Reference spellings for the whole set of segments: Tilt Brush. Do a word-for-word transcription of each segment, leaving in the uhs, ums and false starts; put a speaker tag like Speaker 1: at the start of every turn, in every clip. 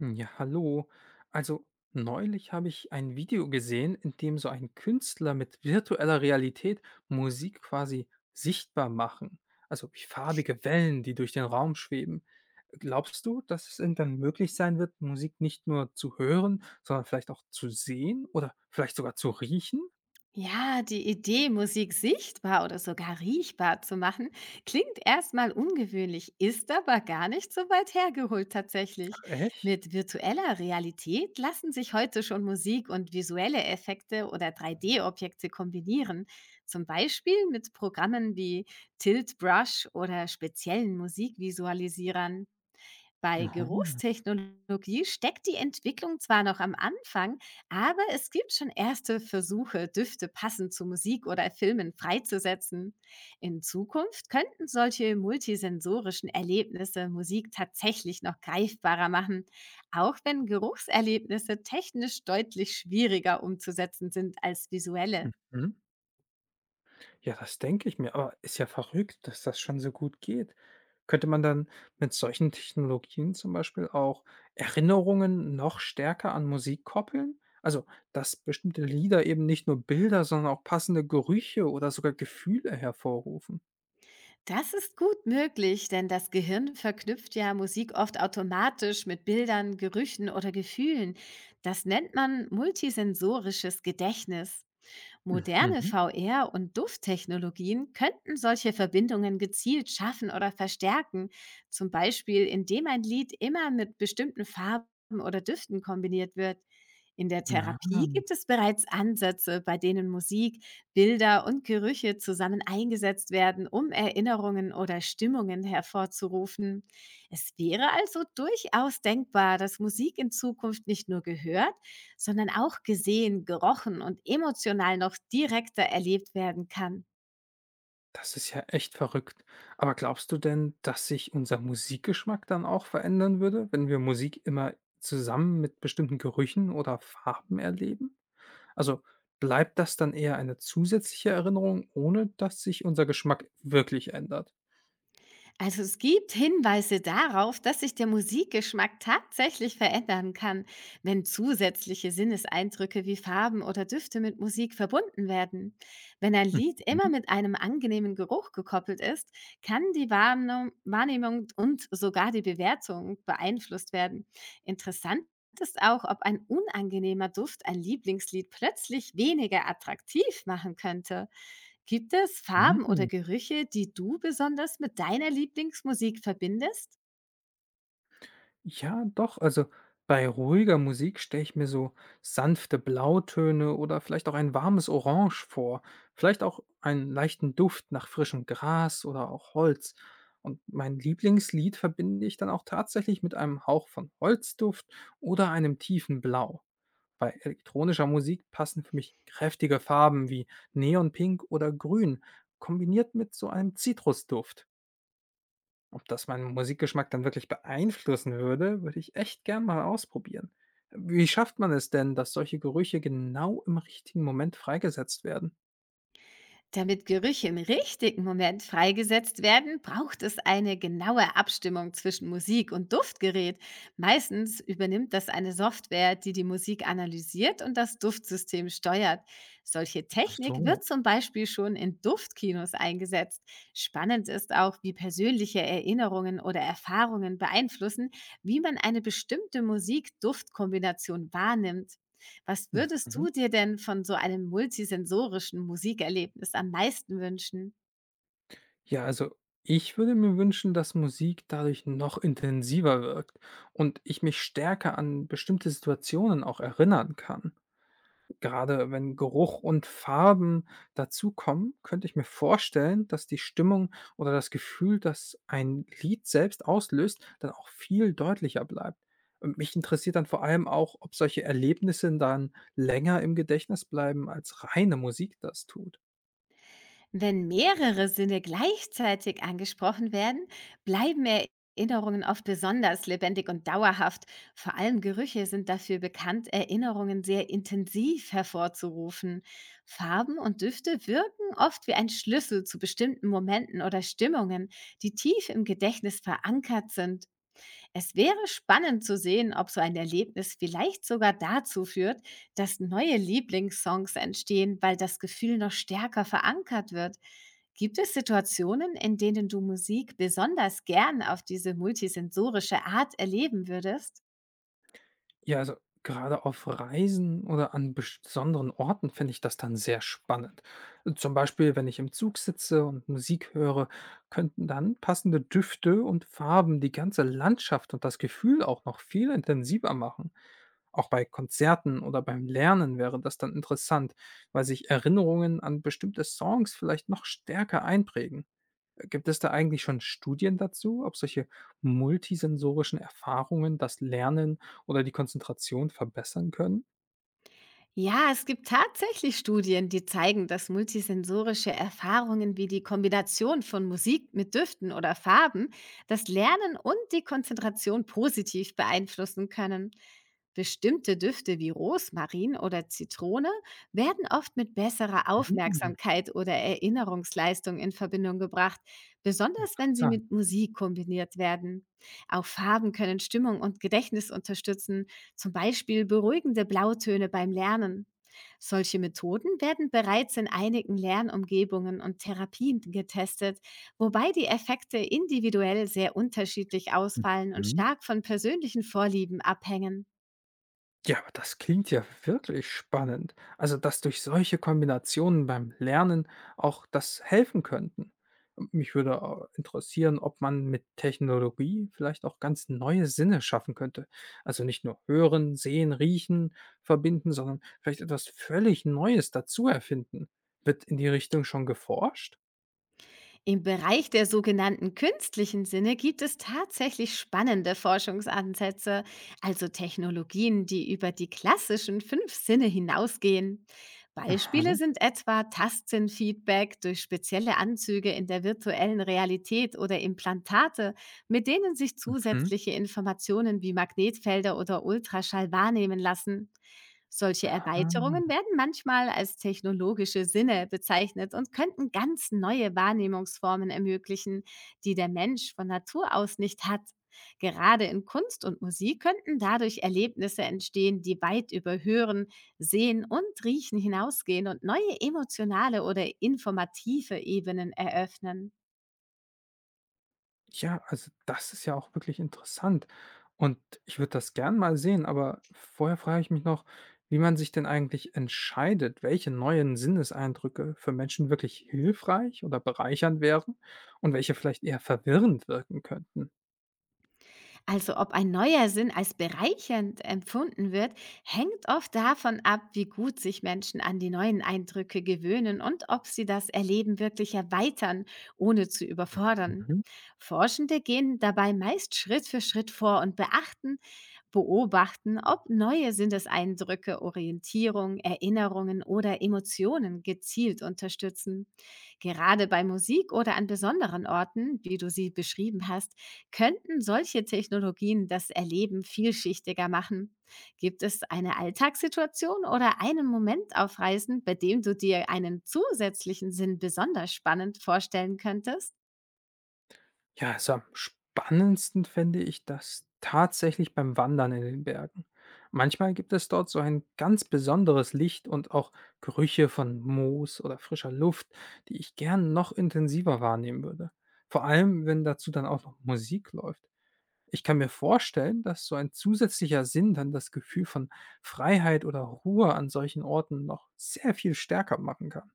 Speaker 1: Hm, ja, hallo. Also, neulich habe ich ein Video gesehen, in dem so ein Künstler mit virtueller Realität Musik quasi sichtbar machen. Also wie farbige Wellen, die durch den Raum schweben. Glaubst du, dass es irgendwann möglich sein wird, Musik nicht nur zu hören, sondern vielleicht auch zu sehen oder vielleicht sogar zu riechen?
Speaker 2: Ja, die Idee, Musik sichtbar oder sogar riechbar zu machen, klingt erstmal ungewöhnlich, ist aber gar nicht so weit hergeholt
Speaker 1: Ach,
Speaker 2: tatsächlich.
Speaker 1: echt?
Speaker 2: Mit virtueller Realität lassen sich heute schon Musik und visuelle Effekte oder drei D-Objekte kombinieren, zum Beispiel mit Programmen wie Tilt Brush oder speziellen Musikvisualisierern. Bei
Speaker 1: Mhm.
Speaker 2: Geruchstechnologie steckt die Entwicklung zwar noch am Anfang, aber es gibt schon erste Versuche, Düfte passend zu Musik oder Filmen freizusetzen. In Zukunft könnten solche multisensorischen Erlebnisse Musik tatsächlich noch greifbarer machen, auch wenn Geruchserlebnisse technisch deutlich schwieriger umzusetzen sind als visuelle.
Speaker 1: Mhm. Ja, das denke ich mir, aber ist ja verrückt, dass das schon so gut geht. Könnte man dann mit solchen Technologien zum Beispiel auch Erinnerungen noch stärker an Musik koppeln? Also, dass bestimmte Lieder eben nicht nur Bilder, sondern auch passende Gerüche oder sogar Gefühle hervorrufen.
Speaker 2: Das ist gut möglich, denn das Gehirn verknüpft ja Musik oft automatisch mit Bildern, Gerüchen oder Gefühlen. Das nennt man multisensorisches Gedächtnis. Moderne
Speaker 1: Mhm.
Speaker 2: V R- und Dufttechnologien könnten solche Verbindungen gezielt schaffen oder verstärken, zum Beispiel indem ein Lied immer mit bestimmten Farben oder Düften kombiniert wird. In der
Speaker 1: Ja.
Speaker 2: Therapie gibt es bereits Ansätze, bei denen Musik, Bilder und Gerüche zusammen eingesetzt werden, um Erinnerungen oder Stimmungen hervorzurufen. Es wäre also durchaus denkbar, dass Musik in Zukunft nicht nur gehört, sondern auch gesehen, gerochen und emotional noch direkter erlebt werden kann.
Speaker 1: Das ist ja echt verrückt. Aber glaubst du denn, dass sich unser Musikgeschmack dann auch verändern würde, wenn wir Musik immer zusammen mit bestimmten Gerüchen oder Farben erleben? Also bleibt das dann eher eine zusätzliche Erinnerung, ohne dass sich unser Geschmack wirklich ändert?
Speaker 2: Also es gibt Hinweise darauf, dass sich der Musikgeschmack tatsächlich verändern kann, wenn zusätzliche Sinneseindrücke wie Farben oder Düfte mit Musik verbunden werden. Wenn ein Lied immer
Speaker 1: Mhm.
Speaker 2: mit einem angenehmen Geruch gekoppelt ist, kann die Wahrnehmung Wahrnehmung und sogar die Bewertung beeinflusst werden. Interessant ist auch, ob ein unangenehmer Duft ein Lieblingslied plötzlich weniger attraktiv machen könnte. Gibt es Farben oder
Speaker 1: Mhm.
Speaker 2: Gerüche, die du besonders mit deiner Lieblingsmusik verbindest?
Speaker 1: Ja, doch. Also bei ruhiger Musik stelle ich mir so sanfte Blautöne oder vielleicht auch ein warmes Orange vor. Vielleicht auch einen leichten Duft nach frischem Gras oder auch Holz. Und mein Lieblingslied verbinde ich dann auch tatsächlich mit einem Hauch von Holzduft oder einem tiefen Blau. Bei elektronischer Musik passen für mich kräftige Farben wie Neonpink oder Grün, kombiniert mit so einem Zitrusduft. Ob das meinen Musikgeschmack dann wirklich beeinflussen würde, würde ich echt gern mal ausprobieren. Wie schafft man es denn, dass solche Gerüche genau im richtigen Moment freigesetzt werden?
Speaker 2: Damit Gerüche im richtigen Moment freigesetzt werden, braucht es eine genaue Abstimmung zwischen Musik und Duftgerät. Meistens übernimmt das eine Software, die die Musik analysiert und das Duftsystem steuert. Solche
Speaker 1: Ach
Speaker 2: Technik
Speaker 1: so.
Speaker 2: wird zum Beispiel schon in Duftkinos eingesetzt. Spannend ist auch, wie persönliche Erinnerungen oder Erfahrungen beeinflussen, wie man eine bestimmte Musik-Duftkombination wahrnimmt. Was würdest
Speaker 1: Mhm.
Speaker 2: du dir denn von so einem multisensorischen Musikerlebnis am meisten wünschen?
Speaker 1: Ja, also ich würde mir wünschen, dass Musik dadurch noch intensiver wirkt und ich mich stärker an bestimmte Situationen auch erinnern kann. Gerade wenn Geruch und Farben dazukommen, könnte ich mir vorstellen, dass die Stimmung oder das Gefühl, das ein Lied selbst auslöst, dann auch viel deutlicher bleibt. Und mich interessiert dann vor allem auch, ob solche Erlebnisse dann länger im Gedächtnis bleiben, als reine Musik das tut.
Speaker 2: Wenn mehrere Sinne gleichzeitig angesprochen werden, bleiben Erinnerungen oft besonders lebendig und dauerhaft. Vor allem Gerüche sind dafür bekannt, Erinnerungen sehr intensiv hervorzurufen. Farben und Düfte wirken oft wie ein Schlüssel zu bestimmten Momenten oder Stimmungen, die tief im Gedächtnis verankert sind. Es wäre spannend zu sehen, ob so ein Erlebnis vielleicht sogar dazu führt, dass neue Lieblingssongs entstehen, weil das Gefühl noch stärker verankert wird. Gibt es Situationen, in denen du Musik besonders gern auf diese multisensorische Art erleben würdest?
Speaker 1: Ja, also gerade auf Reisen oder an besonderen Orten finde ich das dann sehr spannend. Zum Beispiel, wenn ich im Zug sitze und Musik höre, könnten dann passende Düfte und Farben die ganze Landschaft und das Gefühl auch noch viel intensiver machen. Auch bei Konzerten oder beim Lernen wäre das dann interessant, weil sich Erinnerungen an bestimmte Songs vielleicht noch stärker einprägen. Gibt es da eigentlich schon Studien dazu, ob solche multisensorischen Erfahrungen das Lernen oder die Konzentration verbessern können?
Speaker 2: Ja, es gibt tatsächlich Studien, die zeigen, dass multisensorische Erfahrungen wie die Kombination von Musik mit Düften oder Farben das Lernen und die Konzentration positiv beeinflussen können. Bestimmte Düfte wie Rosmarin oder Zitrone werden oft mit besserer
Speaker 1: Hm,
Speaker 2: Aufmerksamkeit oder Erinnerungsleistung in Verbindung gebracht, besonders wenn sie
Speaker 1: interessant.
Speaker 2: mit Musik kombiniert werden. Auch Farben können Stimmung und Gedächtnis unterstützen, zum Beispiel beruhigende Blautöne beim Lernen. Solche Methoden werden bereits in einigen Lernumgebungen und Therapien getestet, wobei die Effekte individuell sehr unterschiedlich ausfallen und
Speaker 1: Mhm.
Speaker 2: stark von persönlichen Vorlieben abhängen.
Speaker 1: Ja, aber das klingt ja wirklich spannend. Also, dass durch solche Kombinationen beim Lernen auch das helfen könnten. Mich würde au- interessieren, ob man mit Technologie vielleicht auch ganz neue Sinne schaffen könnte. Also nicht nur hören, sehen, riechen, verbinden, sondern vielleicht etwas völlig Neues dazu erfinden. Wird in die Richtung schon geforscht?
Speaker 2: Im Bereich der sogenannten künstlichen Sinne gibt es tatsächlich spannende Forschungsansätze, also Technologien, die über die klassischen fünf Sinne hinausgehen.
Speaker 1: Aha.
Speaker 2: Beispiele sind etwa Tastsinnfeedback durch spezielle Anzüge in der virtuellen Realität oder Implantate, mit denen sich
Speaker 1: Mhm.
Speaker 2: zusätzliche Informationen wie Magnetfelder oder Ultraschall wahrnehmen lassen. Solche
Speaker 1: Ah.
Speaker 2: Erweiterungen werden manchmal als technologische Sinne bezeichnet und könnten ganz neue Wahrnehmungsformen ermöglichen, die der Mensch von Natur aus nicht hat. Gerade in Kunst und Musik könnten dadurch Erlebnisse entstehen, die weit über Hören, Sehen und Riechen hinausgehen und neue emotionale oder informative Ebenen eröffnen.
Speaker 1: Ja, also das ist ja auch wirklich interessant und ich würde das gern mal sehen, aber vorher frage ich mich noch, wie man sich denn eigentlich entscheidet, welche neuen Sinneseindrücke für Menschen wirklich hilfreich oder bereichernd wären und welche vielleicht eher verwirrend wirken könnten.
Speaker 2: Also ob ein neuer Sinn als bereichernd empfunden wird, hängt oft davon ab, wie gut sich Menschen an die neuen Eindrücke gewöhnen und ob sie das Erleben wirklich erweitern, ohne zu überfordern. Forschende gehen dabei meist Schritt für Schritt vor und beachten, beobachten, ob neue Sinneseindrücke, Orientierung, Erinnerungen oder Emotionen gezielt unterstützen. Gerade bei Musik oder an besonderen Orten, wie du sie beschrieben hast, könnten solche Technologien das Erleben vielschichtiger machen? Gibt es eine Alltagssituation oder einen Moment auf Reisen, bei dem du dir einen zusätzlichen Sinn besonders spannend vorstellen könntest?
Speaker 1: Ja, also am spannendsten fände ich das tatsächlich beim Wandern in den Bergen. Manchmal gibt es dort so ein ganz besonderes Licht und auch Gerüche von Moos oder frischer Luft, die ich gern noch intensiver wahrnehmen würde. Vor allem, wenn dazu dann auch noch Musik läuft. Ich kann mir vorstellen, dass so ein zusätzlicher Sinn dann das Gefühl von Freiheit oder Ruhe an solchen Orten noch sehr viel stärker machen kann.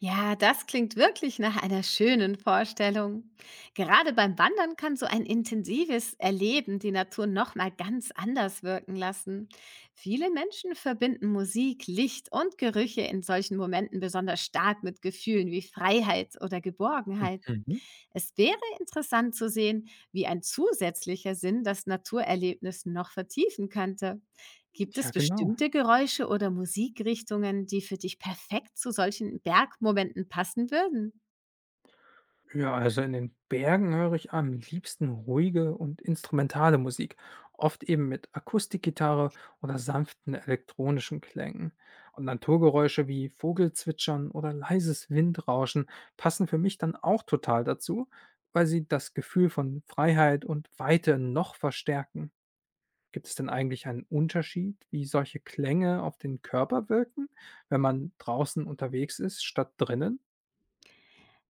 Speaker 2: Ja, das klingt wirklich nach einer schönen Vorstellung. Gerade beim Wandern kann so ein intensives Erleben die Natur nochmal ganz anders wirken lassen. Viele Menschen verbinden Musik, Licht und Gerüche in solchen Momenten besonders stark mit Gefühlen wie Freiheit oder Geborgenheit.
Speaker 1: Mhm.
Speaker 2: Es wäre interessant zu sehen, wie ein zusätzlicher Sinn das Naturerlebnis noch vertiefen könnte. Gibt es
Speaker 1: Ja, genau.
Speaker 2: bestimmte Geräusche oder Musikrichtungen, die für dich perfekt zu solchen Bergmomenten passen würden?
Speaker 1: Ja, also in den Bergen höre ich am liebsten ruhige und instrumentale Musik, oft eben mit Akustikgitarre oder sanften elektronischen Klängen. Und Naturgeräusche wie Vogelzwitschern oder leises Windrauschen passen für mich dann auch total dazu, weil sie das Gefühl von Freiheit und Weite noch verstärken. Gibt es denn eigentlich einen Unterschied, wie solche Klänge auf den Körper wirken, wenn man draußen unterwegs ist, statt drinnen?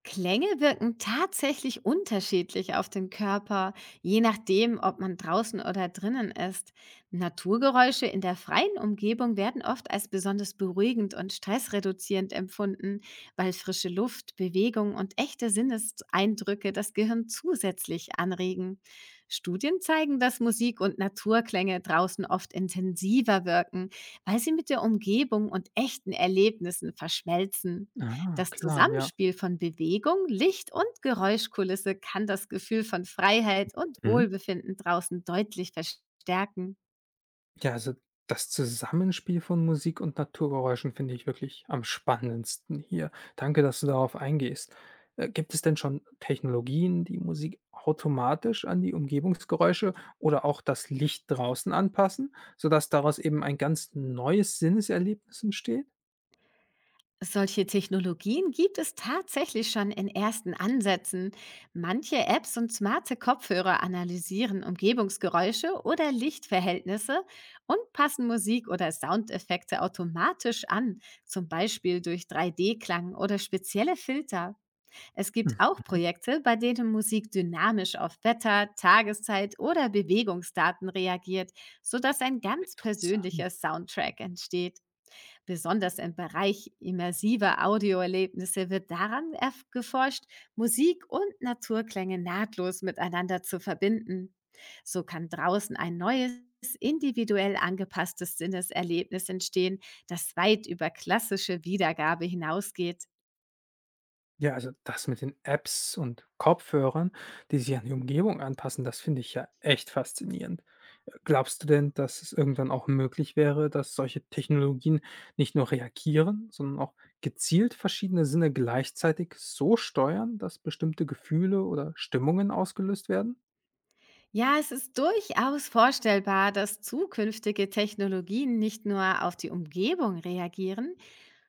Speaker 2: Klänge wirken tatsächlich unterschiedlich auf den Körper, je nachdem, ob man draußen oder drinnen ist. Naturgeräusche in der freien Umgebung werden oft als besonders beruhigend und stressreduzierend empfunden, weil frische Luft, Bewegung und echte Sinneseindrücke das Gehirn zusätzlich anregen. Studien zeigen, dass Musik und Naturklänge draußen oft intensiver wirken, weil sie mit der Umgebung und echten Erlebnissen verschmelzen.
Speaker 1: Ah,
Speaker 2: Das
Speaker 1: klar, ja.
Speaker 2: Zusammenspiel von Bewegung, Licht und Geräuschkulisse kann das Gefühl von Freiheit und Wohlbefinden draußen deutlich verstärken.
Speaker 1: Ja, also das Zusammenspiel von Musik und Naturgeräuschen finde ich wirklich am spannendsten hier. Danke, dass du darauf eingehst. Äh, gibt es denn schon Technologien, die Musik automatisch an die Umgebungsgeräusche oder auch das Licht draußen anpassen, sodass daraus eben ein ganz neues Sinneserlebnis entsteht?
Speaker 2: Solche Technologien gibt es tatsächlich schon in ersten Ansätzen. Manche Apps und smarte Kopfhörer analysieren Umgebungsgeräusche oder Lichtverhältnisse und passen Musik oder Soundeffekte automatisch an, zum Beispiel durch drei D-Klang oder spezielle Filter. Es gibt
Speaker 1: Mhm.
Speaker 2: auch Projekte, bei denen Musik dynamisch auf Wetter, Tageszeit oder Bewegungsdaten reagiert, sodass ein ganz
Speaker 1: Interessant.
Speaker 2: persönlicher Soundtrack entsteht. Besonders im Bereich immersiver Audioerlebnisse wird daran erf- geforscht, Musik und Naturklänge nahtlos miteinander zu verbinden. So kann draußen ein neues, individuell angepasstes Sinneserlebnis entstehen, das weit über klassische Wiedergabe hinausgeht.
Speaker 1: Ja, also das mit den Apps und Kopfhörern, die sich an die Umgebung anpassen, das finde ich ja echt faszinierend. Äh, Glaubst du denn, dass es irgendwann auch möglich wäre, dass solche Technologien nicht nur reagieren, sondern auch gezielt verschiedene Sinne gleichzeitig so steuern, dass bestimmte Gefühle oder Stimmungen ausgelöst werden?
Speaker 2: Ja, es ist durchaus vorstellbar, dass zukünftige Technologien nicht nur auf die Umgebung reagieren,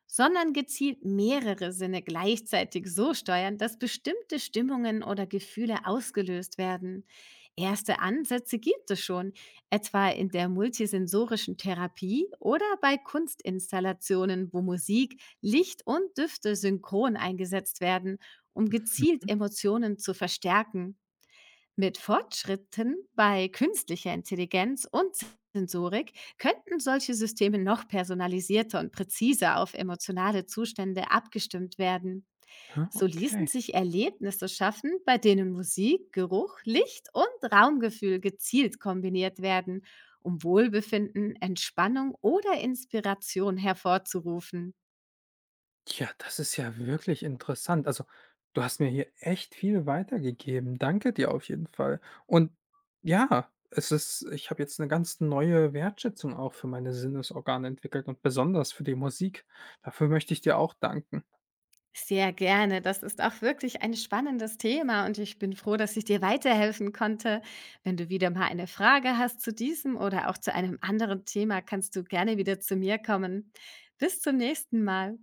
Speaker 2: sondern gezielt mehrere Sinne gleichzeitig so steuern, dass bestimmte Stimmungen oder Gefühle ausgelöst werden. Erste Ansätze gibt es schon, etwa in der multisensorischen Therapie oder bei Kunstinstallationen, wo Musik, Licht und Düfte synchron eingesetzt werden, um gezielt
Speaker 1: Mhm.
Speaker 2: Emotionen zu verstärken. Mit Fortschritten bei künstlicher Intelligenz und Sensorik könnten solche Systeme noch personalisierter und präziser auf emotionale Zustände abgestimmt werden.
Speaker 1: Ja,
Speaker 2: So
Speaker 1: okay.
Speaker 2: ließen sich Erlebnisse schaffen, bei denen Musik, Geruch, Licht und Raumgefühl gezielt kombiniert werden, um Wohlbefinden, Entspannung oder Inspiration hervorzurufen.
Speaker 1: Ja, das ist ja wirklich interessant. Also, du hast mir hier echt viel weitergegeben. Danke dir auf jeden Fall. Und ja, es ist ich habe jetzt eine ganz neue Wertschätzung auch für meine Sinnesorgane entwickelt und besonders für die Musik. Dafür möchte ich dir auch danken.
Speaker 2: Sehr gerne. Das ist auch wirklich ein spannendes Thema und ich bin froh, dass ich dir weiterhelfen konnte. Wenn du wieder mal eine Frage hast zu diesem oder auch zu einem anderen Thema, kannst du gerne wieder zu mir kommen. Bis zum nächsten Mal.